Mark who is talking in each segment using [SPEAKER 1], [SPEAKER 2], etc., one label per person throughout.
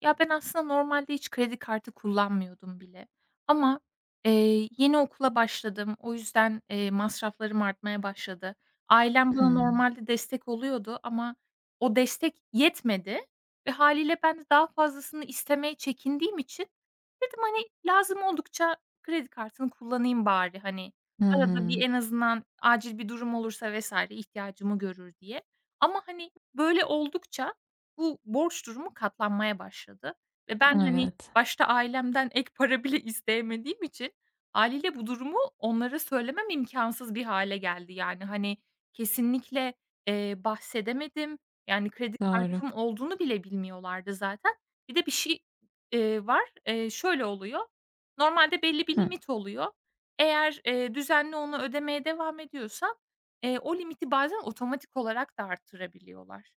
[SPEAKER 1] Ya, ben aslında normalde hiç kredi kartı kullanmıyordum bile ama, yeni okula başladım. O yüzden, masraflarım artmaya başladı. Ailem bana
[SPEAKER 2] Hımm.
[SPEAKER 1] normalde destek oluyordu ama o destek yetmedi ve hâliyle ben de daha fazlasını istemeye çekindiğim için dedim, hani, lazım oldukça kredi kartını kullanayım bari, hani,
[SPEAKER 2] Hı
[SPEAKER 1] arada bir
[SPEAKER 2] hı.
[SPEAKER 1] en azından acil bir durum olursa vesaire ihtiyacımı görür diye ama, hani, böyle oldukça bu borç durumu katlanmaya başladı ve ben, hani,
[SPEAKER 2] Evet,
[SPEAKER 1] başta ailemden ek para bile isteyemediğim için hâliyle bu durumu onlara söylemem imkânsız bir hâle geldi. Yani, hani, kesinlikle, bahsedemedim. Yani, kredi
[SPEAKER 2] doğru.
[SPEAKER 1] kartım olduğunu bile bilmiyorlardı zaten. Bir de bir şey, var. Şöyle oluyor. Normalde belli bir
[SPEAKER 2] Hı.
[SPEAKER 1] limit oluyor. Eğer, düzenli onu ödemeye devam ediyorsam, o limiti bazen otomatik olarak da arttırabiliyorlar.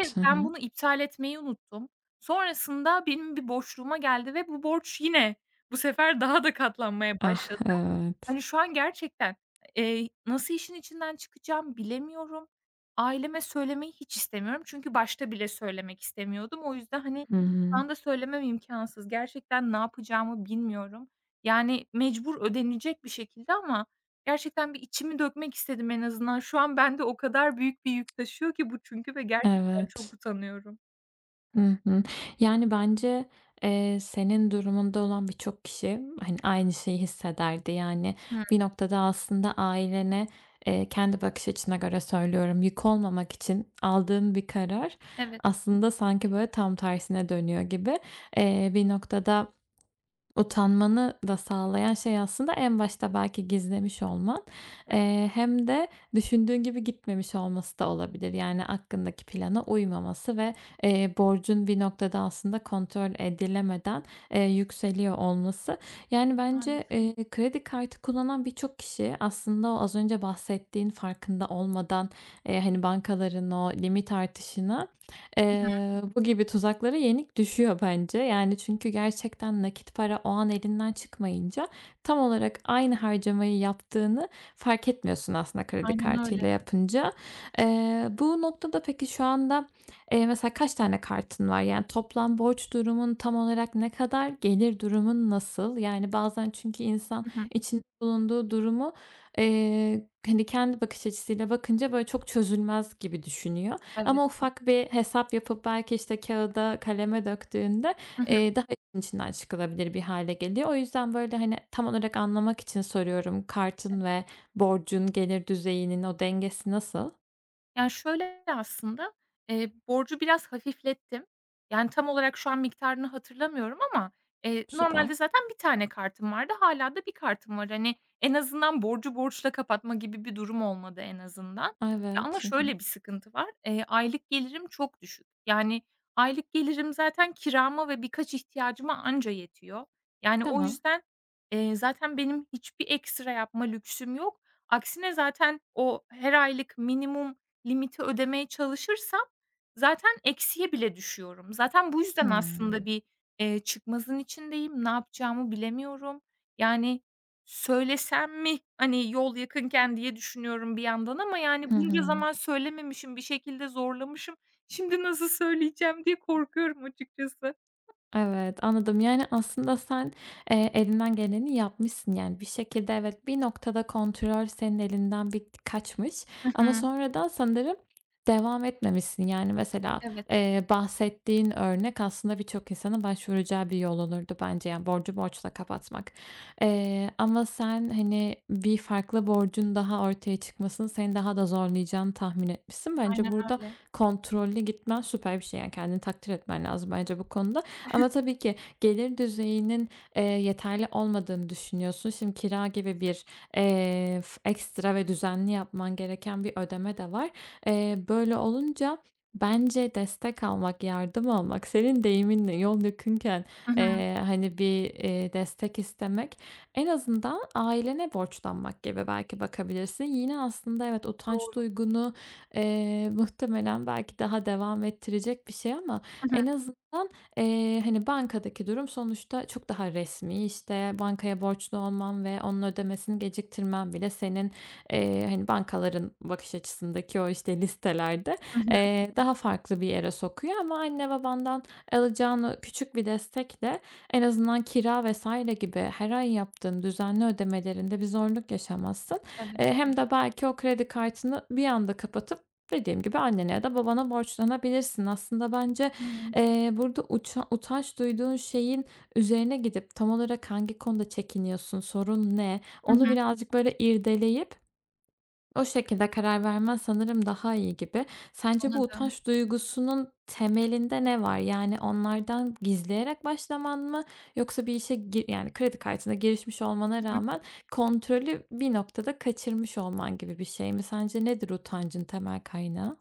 [SPEAKER 1] Ve
[SPEAKER 2] Hı
[SPEAKER 1] ben
[SPEAKER 2] hı.
[SPEAKER 1] bunu iptal etmeyi unuttum. Sonrasında benim bir boşluğuma geldi ve bu borç yine bu sefer daha da katlanmaya
[SPEAKER 2] Ah,
[SPEAKER 1] başladı.
[SPEAKER 2] evet.
[SPEAKER 1] Hani, şu an gerçekten, nasıl işin içinden çıkacağım bilemiyorum. Aileme söylemeyi hiç istemiyorum. Çünkü başta bile söylemek istemiyordum. O yüzden, hani,
[SPEAKER 2] Hı
[SPEAKER 1] şu
[SPEAKER 2] hı.
[SPEAKER 1] anda söylemem imkansız. Gerçekten ne yapacağımı bilmiyorum. Yani, mecbur ödenecek bir şekilde ama gerçekten bir içimi dökmek istedim en azından. Şu an bende o kadar büyük bir yük taşıyor ki bu çünkü ve gerçekten çok
[SPEAKER 2] Evet.
[SPEAKER 1] utanıyorum.
[SPEAKER 2] Hı hı. Yani, bence, senin durumunda olan birçok kişi, hani, aynı şeyi hissederdi. Yani,
[SPEAKER 1] Hıı.
[SPEAKER 2] bir noktada aslında ailene, kendi bakış açına göre söylüyorum, yük olmamak için aldığın bir karar
[SPEAKER 1] Evet,
[SPEAKER 2] aslında sanki, böyle, tam tersine dönüyor gibi. Bir noktada utanmanı da sağlayan şey aslında en başta belki gizlemiş olman,
[SPEAKER 1] evet,
[SPEAKER 2] hem de düşündüğün gibi gitmemiş olması da olabilir. Yani aklındaki plana uymaması ve, borcun bir noktada aslında kontrol edilemeden, yükseliyor olması. Yani bence,
[SPEAKER 1] maalesef.
[SPEAKER 2] kredi kartı kullanan birçok kişi aslında o az önce bahsettiğin farkında olmadan, hani, bankaların o limit artışına,
[SPEAKER 1] Hı hı.
[SPEAKER 2] Bu gibi tuzaklara yenik düşüyor bence. Yani çünkü gerçekten nakit para o an elinden çıkmayınca tam olarak aynı harcamayı yaptığını fark etmiyorsun aslında kredi
[SPEAKER 1] Aynen öyle.
[SPEAKER 2] kartıyla yapınca. Bu noktada peki şu anda, mesela kaç tane kartın var? Yani toplam borç durumun tam olarak ne kadar? Gelir durumun nasıl? Yani bazen çünkü insan
[SPEAKER 1] Hı hı.
[SPEAKER 2] içinde bulunduğu durumu, hani, kendi bakış açısıyla bakınca böyle çok çözülmez gibi düşünüyor.
[SPEAKER 1] Evet.
[SPEAKER 2] Ama ufak bir hesap yapıp belki, işte, kâğıda, kaleme döktüğünde, daha işin içinden çıkılabilir bir hale geliyor. O yüzden, böyle, hani, tam olarak anlamak için soruyorum. Kartın ve borcun gelir düzeyinin o dengesi nasıl?
[SPEAKER 1] Yani şöyle aslında, borcu biraz hafiflettim. Yani, tam olarak şu an miktarını hatırlamıyorum ama,
[SPEAKER 2] Süper.
[SPEAKER 1] normalde zaten bir tane kartım vardı. Hâlâ da bir kartım var. Hani, en azından borcu borçla kapatma gibi bir durum olmadı en azından. Ya, ama
[SPEAKER 2] Evet. Hı hı.
[SPEAKER 1] şöyle bir sıkıntı var. Aylık gelirim çok düşük. Yani, aylık gelirim zaten kirama ve birkaç ihtiyacıma anca yetiyor. Yani, o
[SPEAKER 2] Tamam.
[SPEAKER 1] yüzden, zaten benim hiçbir ekstra yapma lüksüm yok. Aksine zaten o her aylık minimum limiti ödemeye çalışırsam zaten eksiye bile düşüyorum. Zaten bu yüzden aslında
[SPEAKER 2] Hımm.
[SPEAKER 1] bir, çıkmazın içindeyim. Ne yapacağımı bilemiyorum. Yani söylesem mi, hani, yol yakınken diye düşünüyorum bir yandan ama yani
[SPEAKER 2] Hı
[SPEAKER 1] bunca
[SPEAKER 2] hı.
[SPEAKER 1] zaman söylememişim, bir şekilde zorlamışım. Şimdi nasıl söyleyeceğim diye korkuyorum açıkçası.
[SPEAKER 2] Evet, anladım. Yani, aslında sen, elinden geleni yapmışsın. Yani, bir şekilde evet, bir noktada kontrol senin elinden bir kaçmış
[SPEAKER 1] Hı
[SPEAKER 2] ama
[SPEAKER 1] hı.
[SPEAKER 2] sonradan sanırım devam etmemişsin. Yani, mesela,
[SPEAKER 1] Evet,
[SPEAKER 2] bahsettiğin örnek aslında birçok insanın başvuracağı bir yol olurdu bence. Yani, borcu borçla kapatmak. Ama sen, hani, bir farklı borcun daha ortaya çıkmasının seni daha da zorlayacağını tahmin etmişsin.
[SPEAKER 1] aynen
[SPEAKER 2] Bence burada
[SPEAKER 1] öyle.
[SPEAKER 2] kontrollü gitmen süper bir şey. Yani, kendini takdir etmen lazım bence bu konuda. Ama tabii ki gelir düzeyinin, yeterli olmadığını düşünüyorsun. Şimdi kira gibi bir, f ekstra ve düzenli yapman gereken bir ödeme de var. Böyle olunca bence destek almak, yardım almak, senin deyiminle yol dökünken
[SPEAKER 1] Hı hı.
[SPEAKER 2] hani, bir, destek istemek, en azından ailene borçlanmak gibi belki bakabilirsin. Yine aslında evet, utanç
[SPEAKER 1] Doğru.
[SPEAKER 2] duygunu, muhtemelen belki daha devam ettirecek bir şey ama
[SPEAKER 1] Hı hı.
[SPEAKER 2] en azından, hani, bankadaki durum sonuçta çok daha resmi. İşte, bankaya borçlu olman ve onun ödemesini geciktirmen bile senin, hani, bankaların bakış açısındaki o, işte, listelerde,
[SPEAKER 1] Hı hı.
[SPEAKER 2] daha farklı bir yere sokuyor ama anne babandan alacağın o küçük bir destekle en azından kira vesaire gibi her ay yaptığın düzenli ödemelerinde bir zorluk yaşamazsın.
[SPEAKER 1] Evet.
[SPEAKER 2] Hem de belki o kredi kartını bir anda kapatıp dediğim gibi annene ya da babana borçlanabilirsin. Aslında bence,
[SPEAKER 1] Hıı.
[SPEAKER 2] Burada utanç duyduğun şeyin üzerine gidip tam olarak hangi konuda çekiniyorsun, sorun ne?
[SPEAKER 1] Hı hı.
[SPEAKER 2] Onu
[SPEAKER 1] Hı.
[SPEAKER 2] birazcık böyle irdeleyip o şekilde karar vermen sanırım daha iyi gibi. Sence bu
[SPEAKER 1] Anladım.
[SPEAKER 2] utanç duygusunun temelinde ne var? Yani onlardan gizleyerek başlaman mı yoksa bir işe gi yani kredi kartına girişmiş
[SPEAKER 1] Hı
[SPEAKER 2] olmana
[SPEAKER 1] hı.
[SPEAKER 2] rağmen kontrolü bir noktada kaçırmış olman gibi bir şey mi? Sence nedir utancın temel kaynağı?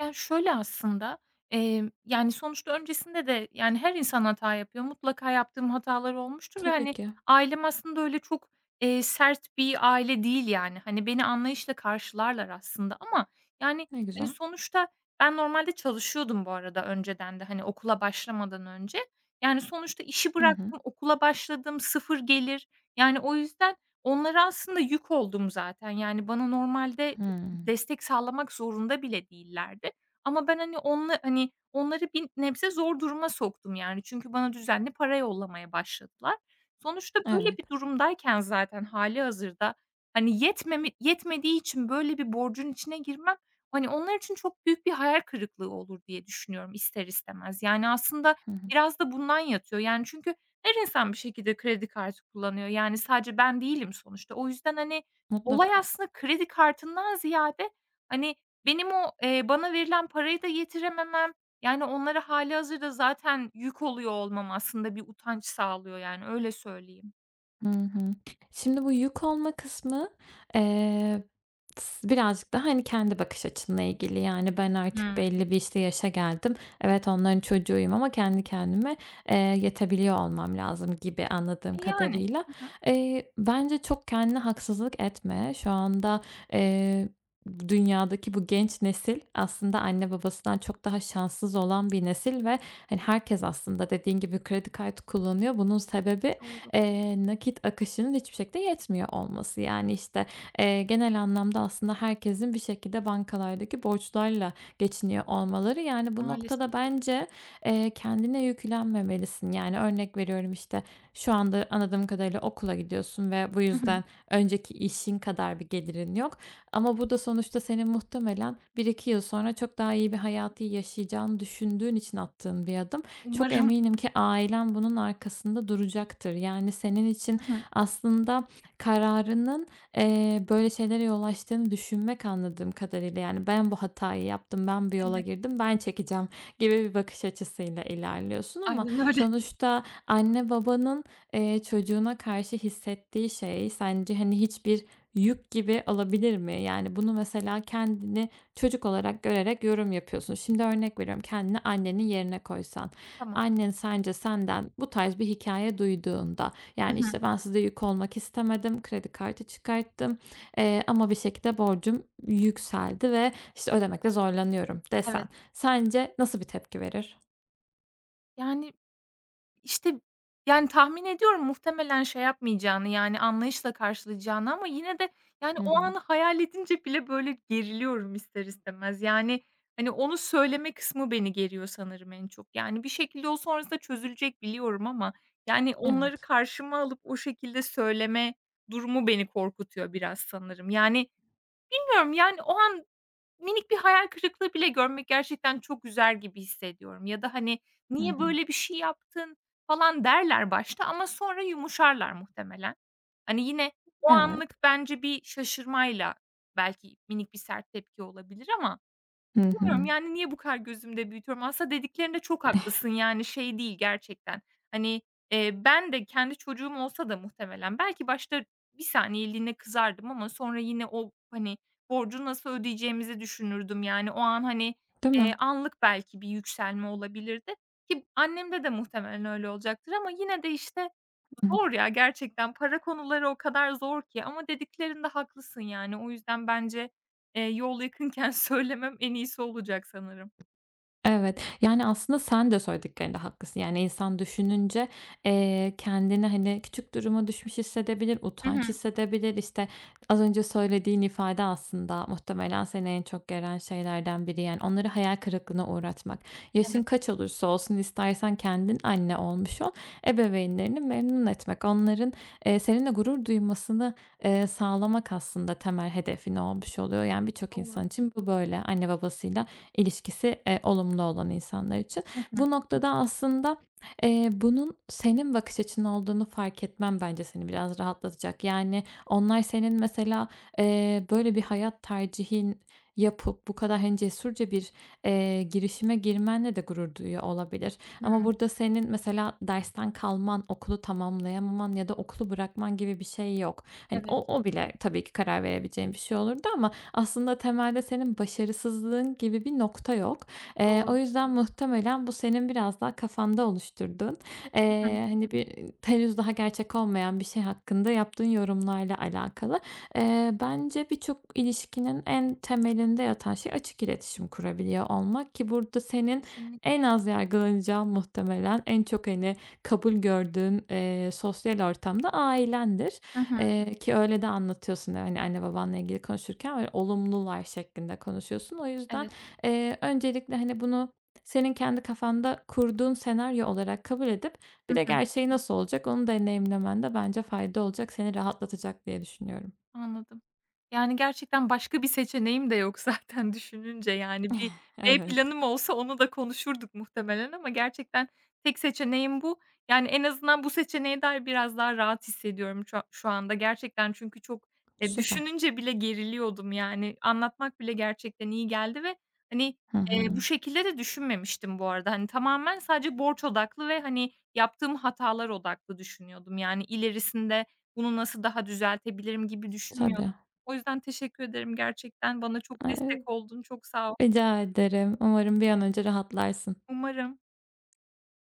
[SPEAKER 1] Yani şöyle aslında, yani, sonuçta öncesinde de, yani, her insan hata yapıyor. Mutlaka yaptığım hatalar olmuştur ve,
[SPEAKER 2] Tabii
[SPEAKER 1] hani,
[SPEAKER 2] ki.
[SPEAKER 1] ailem aslında öyle çok, sert bir aile değil, yani. Hani, beni anlayışla karşılarlar aslında ama, yani,
[SPEAKER 2] Ne
[SPEAKER 1] hani,
[SPEAKER 2] güzel.
[SPEAKER 1] sonuçta ben normalde çalışıyordum bu arada önceden de, hani, okula başlamadan önce. Yani, sonuçta işi
[SPEAKER 2] Hı hı.
[SPEAKER 1] bıraktım, okula başladım, sıfır gelir. Yani, o yüzden onlara aslında yük oldum zaten. Yani, bana normalde
[SPEAKER 2] Hımm.
[SPEAKER 1] destek sağlamak zorunda bile değillerdi. Ama ben, hani, hani, onları bir nebze zor duruma soktum, yani. Çünkü bana düzenli para yollamaya başladılar. Sonuçta böyle
[SPEAKER 2] Evet.
[SPEAKER 1] bir durumdayken zaten hali hazırda hani, yetmediği için böyle bir borcun içine girmem, hani, onlar için çok büyük bir hayal kırıklığı olur diye düşünüyorum ister istemez. Yani, aslında
[SPEAKER 2] Hı.
[SPEAKER 1] biraz da bundan yatıyor. Yani, çünkü her insan bir şekilde kredi kartı kullanıyor. Yani, sadece ben değilim sonuçta. O yüzden, hani, olay
[SPEAKER 2] Mutlaka.
[SPEAKER 1] aslında kredi kartından ziyade, hani, benim o, bana verilen parayı da yetirememem, yani, onlara hâlihazırda zaten yük oluyor olmam aslında bir utanç sağlıyor, yani, öyle söyleyeyim.
[SPEAKER 2] Hı hı. Şimdi bu yük olma kısmı, eee, s birazcık daha, hani, kendi bakış açınla ilgili. Yani, ben artık
[SPEAKER 1] Hımm.
[SPEAKER 2] belli bir, işte, yaşa geldim. Evet, onların çocuğuyum ama kendi kendime, yetebiliyor olmam lazım gibi anladığım
[SPEAKER 1] E, yani.
[SPEAKER 2] kadarıyla.
[SPEAKER 1] Hı hı.
[SPEAKER 2] Bence çok kendine haksızlık etme. Şu anda, eee, dünyadaki bu genç nesil aslında anne babasından çok daha şanssız olan bir nesil ve, hani, herkes aslında dediğin gibi kredi kartı kullanıyor. Bunun sebebi,
[SPEAKER 1] Doğru.
[SPEAKER 2] Nakit akışının hiçbir şekilde yetmiyor olması. Yani, işte, genel anlamda aslında herkesin bir şekilde bankalardaki borçlarla geçiniyor olmaları. Yani, bu
[SPEAKER 1] Maalesef.
[SPEAKER 2] noktada bence, kendine yüklenmemelisin. Yani, örnek veriyorum, işte, şu anda anladığım kadarıyla okula gidiyorsun ve bu
[SPEAKER 1] Hı hı.
[SPEAKER 2] yüzden önceki işin kadar bir gelirin yok ama bu da sonuçta senin muhtemelen bir iki yıl sonra çok daha iyi bir hayatı yaşayacağını düşündüğün için attığın bir adım. Çok
[SPEAKER 1] Umarım.
[SPEAKER 2] eminim ki ailen bunun arkasında duracaktır. Yani senin için
[SPEAKER 1] Hı hı.
[SPEAKER 2] aslında kararının, böyle şeylere yol açtığını düşünmek anladığım kadarıyla. Yani ben bu hatayı yaptım, ben bir yola
[SPEAKER 1] Evet.
[SPEAKER 2] girdim, ben çekeceğim gibi bir bakış açısıyla ilerliyorsun ama
[SPEAKER 1] Aynen öyle.
[SPEAKER 2] sonuçta anne babanın, çocuğuna karşı hissettiği şey sence, hani, hiçbir yük gibi olabilir mi? Yani bunu mesela kendini çocuk olarak görerek yorum yapıyorsun. Şimdi örnek veriyorum, kendini annenin yerine koysan.
[SPEAKER 1] Tamam.
[SPEAKER 2] Annen sence senden bu tarz bir hikaye duyduğunda,
[SPEAKER 1] Hı
[SPEAKER 2] yani,
[SPEAKER 1] hı.
[SPEAKER 2] işte, "Ben size yük olmak istemedim, kredi kartı çıkarttım, ama bir şekilde borcum yükseldi ve, işte, ödemekte zorlanıyorum."
[SPEAKER 1] Evet.
[SPEAKER 2] desen sence nasıl bir tepki verir?
[SPEAKER 1] Yani İşte, yani, tahmin ediyorum muhtemelen şey yapmayacağını, yani, anlayışla karşılayacağını ama yine de, yani,
[SPEAKER 2] Hı
[SPEAKER 1] o
[SPEAKER 2] hı.
[SPEAKER 1] anı hayal edince bile, böyle, geriliyorum ister istemez. Yani, hani, onu söyleme kısmı beni geriyor sanırım en çok. Yani, bir şekilde o sonrasında çözülecek biliyorum ama, yani, onları
[SPEAKER 2] Evet.
[SPEAKER 1] karşıma alıp o şekilde söyleme durumu beni korkutuyor biraz sanırım. Yani, bilmiyorum, yani, o an minik bir hayal kırıklığı bile görmek gerçekten çok üzer gibi hissediyorum ya da, hani,
[SPEAKER 2] Hı
[SPEAKER 1] "Niye
[SPEAKER 2] hı.
[SPEAKER 1] böyle bir şey yaptın?" falan derler başta ama sonra yumuşarlar muhtemelen. Hani, yine o
[SPEAKER 2] Evet.
[SPEAKER 1] anlık bence bir şaşırmayla belki minik bir sert tepki olabilir ama
[SPEAKER 2] Hı
[SPEAKER 1] bilmiyorum,
[SPEAKER 2] hı.
[SPEAKER 1] yani, niye bu kadar gözümde büyütüyorum? Aslında dediklerinde çok haklısın, yani, şey değil gerçekten. Hani, ben de kendi çocuğum olsa da muhtemelen belki başta bir saniyeliğine kızardım ama sonra yine o, hani, borcu nasıl ödeyeceğimizi düşünürdüm. Yani, o an, hani,
[SPEAKER 2] Değil mi?
[SPEAKER 1] anlık belki bir yükselme olabilirdi ki annemde de muhtemelen öyle olacaktır ama yine de, işte, zor ya gerçekten. Para konuları o kadar zor ki ama dediklerinde haklısın yani. O yüzden bence, yol yakınken söylemem en iyisi olacak sanırım.
[SPEAKER 2] Evet, yani, aslında sen de söylediklerinde haklısın. Yani, insan düşününce, kendini, hani, küçük duruma düşmüş hissedebilir,
[SPEAKER 1] Hı
[SPEAKER 2] utanç
[SPEAKER 1] hı.
[SPEAKER 2] hissedebilir. İşte, az önce söylediğin ifade aslında muhtemelen seni en çok gelen şeylerden biri. Yani, onları hayal kırıklığına uğratmak. Yaşın
[SPEAKER 1] Evet,
[SPEAKER 2] kaç olursa olsun istersen kendin anne olmuş ol, ebeveynlerini memnun etmek, onların, seninle gurur duymasını, sağlamak aslında temel hedefin olmuş oluyor. Yani, birçok
[SPEAKER 1] doğru.
[SPEAKER 2] insan için bu böyle. Anne babasıyla İlişkisi, olumlu olan insanlar için.
[SPEAKER 1] Hı hı.
[SPEAKER 2] Bu noktada aslında, bunun senin bakış açın olduğunu fark etmem bence seni biraz rahatlatacak. Yani onlar senin mesela, böyle bir hayat tercihin yapıp bu kadar, hani, cesurca bir, girişime girmenle de gurur duyuyor olabilir.
[SPEAKER 1] Hıı.
[SPEAKER 2] Ama burada senin mesela dersten kalman, okulu tamamlayamaman ya da okulu bırakman gibi bir şey yok. Hani,
[SPEAKER 1] Evet,
[SPEAKER 2] o bile tabii ki karar verebileceğin bir şey olurdu ama aslında temelde senin başarısızlığın gibi bir nokta yok.
[SPEAKER 1] doğru.
[SPEAKER 2] O yüzden muhtemelen bu senin biraz daha kafanda oluşturduğun,
[SPEAKER 1] Hı hı.
[SPEAKER 2] hani, bir henüz daha gerçek olmayan bir şey hakkında yaptığın yorumlarla alakalı. Bence birçok ilişkinin en temelinde yatan şey açık iletişim kurabiliyor olmak ki burada senin
[SPEAKER 1] Kesinlikle.
[SPEAKER 2] en az yargılanacağın muhtemelen en çok, hani, kabul gördüğün, sosyal ortam da ailendir.
[SPEAKER 1] Hı hı.
[SPEAKER 2] Ki öyle de anlatıyorsun, hani, anne babanla ilgili konuşurken böyle olumlular şeklinde konuşuyorsun. O yüzden,
[SPEAKER 1] Evet.
[SPEAKER 2] öncelikle, hani, bunu senin kendi kafanda kurduğun senaryo olarak kabul edip
[SPEAKER 1] Hı
[SPEAKER 2] bir de
[SPEAKER 1] hı.
[SPEAKER 2] gerçeği nasıl olacak onu deneyimlemen de bence fayda olacak, seni rahatlatacak diye düşünüyorum.
[SPEAKER 1] Anladım. Yani, gerçekten başka bir seçeneğim de yok zaten düşününce, yani, bir B
[SPEAKER 2] Evet.
[SPEAKER 1] planım olsa onu da konuşurduk muhtemelen ama gerçekten tek seçeneğim bu. Yani, en azından bu seçeneğe dair biraz daha rahat hissediyorum şu anda gerçekten çünkü çok,
[SPEAKER 2] Süper.
[SPEAKER 1] düşününce bile geriliyordum, yani, anlatmak bile gerçekten iyi geldi ve, hani,
[SPEAKER 2] Hı
[SPEAKER 1] bu
[SPEAKER 2] hı.
[SPEAKER 1] şekilde de düşünmemiştim bu arada. Hani, tamamen sadece borç odaklı ve, hani, yaptığım hatalar odaklı düşünüyordum. Yani, ilerisinde bunu nasıl daha düzeltebilirim gibi düşünmüyordum.
[SPEAKER 2] Tabii.
[SPEAKER 1] O yüzden teşekkür ederim gerçekten. Bana çok
[SPEAKER 2] Eee,
[SPEAKER 1] destek oldun. Çok sağ ol.
[SPEAKER 2] Rica ederim. Umarım bir an önce rahatlarsın.
[SPEAKER 1] Umarım